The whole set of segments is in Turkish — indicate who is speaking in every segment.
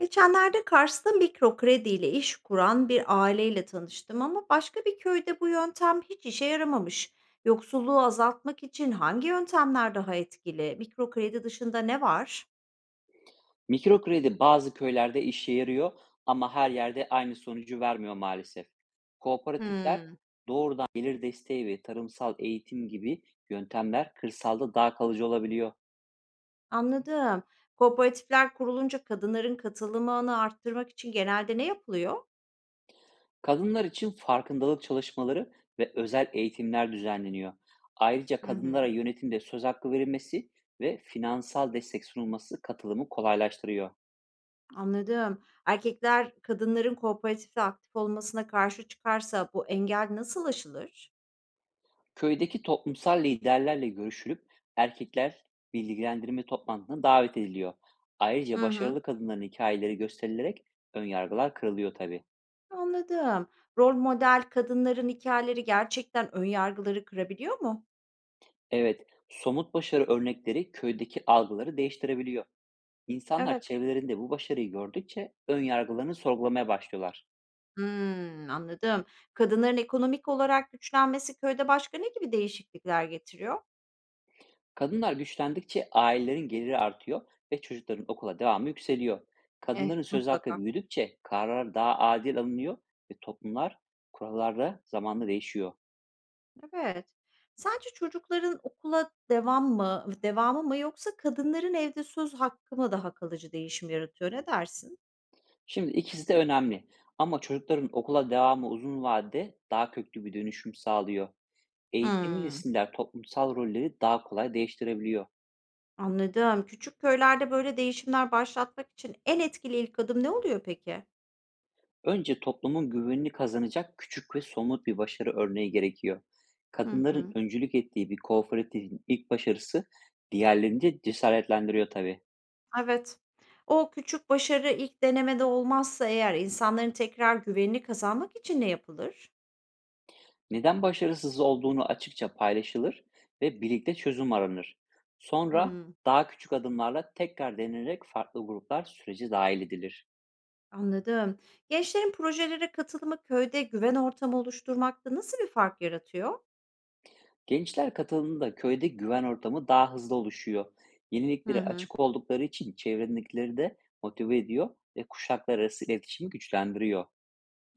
Speaker 1: Geçenlerde Kars'ta mikro krediyle iş kuran bir aileyle tanıştım ama başka bir köyde bu yöntem hiç işe yaramamış. Yoksulluğu azaltmak için hangi yöntemler daha etkili? Mikro kredi dışında ne var?
Speaker 2: Mikro kredi bazı köylerde işe yarıyor ama her yerde aynı sonucu vermiyor maalesef. Kooperatifler
Speaker 1: Hmm,
Speaker 2: doğrudan gelir desteği ve tarımsal eğitim gibi yöntemler kırsalda daha kalıcı olabiliyor.
Speaker 1: anladım. Kooperatifler kurulunca kadınların katılımını arttırmak için genelde ne yapılıyor?
Speaker 2: Kadınlar için farkındalık çalışmaları ve özel eğitimler düzenleniyor. Ayrıca
Speaker 1: Hı hı.
Speaker 2: kadınlara yönetimde söz hakkı verilmesi ve finansal destek sunulması katılımı kolaylaştırıyor.
Speaker 1: Anladım. Erkekler kadınların kooperatifte aktif olmasına karşı çıkarsa bu engel nasıl aşılır?
Speaker 2: Köydeki toplumsal liderlerle görüşülüp erkekler bilgilendirme toplantısına davet ediliyor. Ayrıca
Speaker 1: Hı hı.
Speaker 2: başarılı kadınların hikayeleri gösterilerek ön yargılar kırılıyor tabii.
Speaker 1: Anladım. Rol model kadınların hikayeleri gerçekten ön yargıları kırabiliyor mu?
Speaker 2: Evet, somut başarı örnekleri köydeki algıları değiştirebiliyor. İnsanlar
Speaker 1: Evet.
Speaker 2: çevrelerinde bu başarıyı gördükçe ön yargılarını sorgulamaya başlıyorlar.
Speaker 1: Hımm, anladım. Kadınların ekonomik olarak güçlenmesi köyde başka ne gibi değişiklikler getiriyor?
Speaker 2: Kadınlar güçlendikçe ailelerin geliri artıyor ve çocukların okula devamı yükseliyor.
Speaker 1: Eh,
Speaker 2: Kadınların söz hakkı
Speaker 1: mutlaka.
Speaker 2: büyüdükçe kararlar daha adil alınıyor ve toplumlar kurallarda zamanla değişiyor.
Speaker 1: Evet. Sence çocukların okula devamı mı yoksa kadınların evde söz hakkı mı daha kalıcı değişim yaratıyor, ne dersin?
Speaker 2: Şimdi ikisi de önemli ama çocukların okula devamı uzun vadede daha köklü bir dönüşüm sağlıyor. Eğitimli
Speaker 1: Hımm.
Speaker 2: nesiller toplumsal rolleri daha kolay değiştirebiliyor.
Speaker 1: Anladım. Küçük köylerde böyle değişimler başlatmak için en etkili ilk adım ne oluyor peki?
Speaker 2: Önce toplumun güvenini kazanacak küçük ve somut bir başarı örneği gerekiyor.
Speaker 1: Hı
Speaker 2: Kadınların
Speaker 1: hı.
Speaker 2: öncülük ettiği bir kooperatifin ilk başarısı diğerlerini de cesaretlendiriyor tabii.
Speaker 1: Evet. O küçük başarı ilk denemede olmazsa eğer insanların tekrar güvenini kazanmak için ne yapılır?
Speaker 2: Neden başarısız olduğunu açıkça paylaşılır ve birlikte çözüm aranır. Sonra
Speaker 1: Hımm,
Speaker 2: daha küçük adımlarla tekrar denenerek farklı gruplar sürece dahil edilir.
Speaker 1: anladım. Gençlerin projelere katılımı köyde güven ortamı oluşturmakta nasıl bir fark yaratıyor?
Speaker 2: Gençler katıldığında köyde güven ortamı daha hızlı oluşuyor.
Speaker 1: Hı
Speaker 2: Yeniliklere
Speaker 1: hı,
Speaker 2: açık oldukları için çevrendekileri de motive ediyor ve kuşaklar arası iletişimi güçlendiriyor.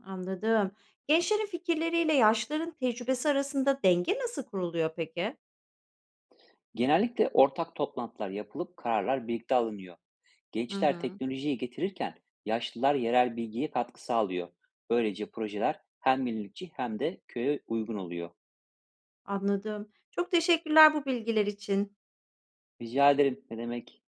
Speaker 1: anladım. Gençlerin fikirleriyle yaşlıların tecrübesi arasında denge nasıl kuruluyor peki?
Speaker 2: Genellikle ortak toplantılar yapılıp kararlar birlikte alınıyor.
Speaker 1: Hı
Speaker 2: Gençler
Speaker 1: hı,
Speaker 2: teknolojiyi getirirken yaşlılar yerel bilgiye katkı sağlıyor. Böylece projeler hem yenilikçi hem de köye uygun oluyor.
Speaker 1: anladım. Çok teşekkürler bu bilgiler için.
Speaker 2: Rica ederim ne demek?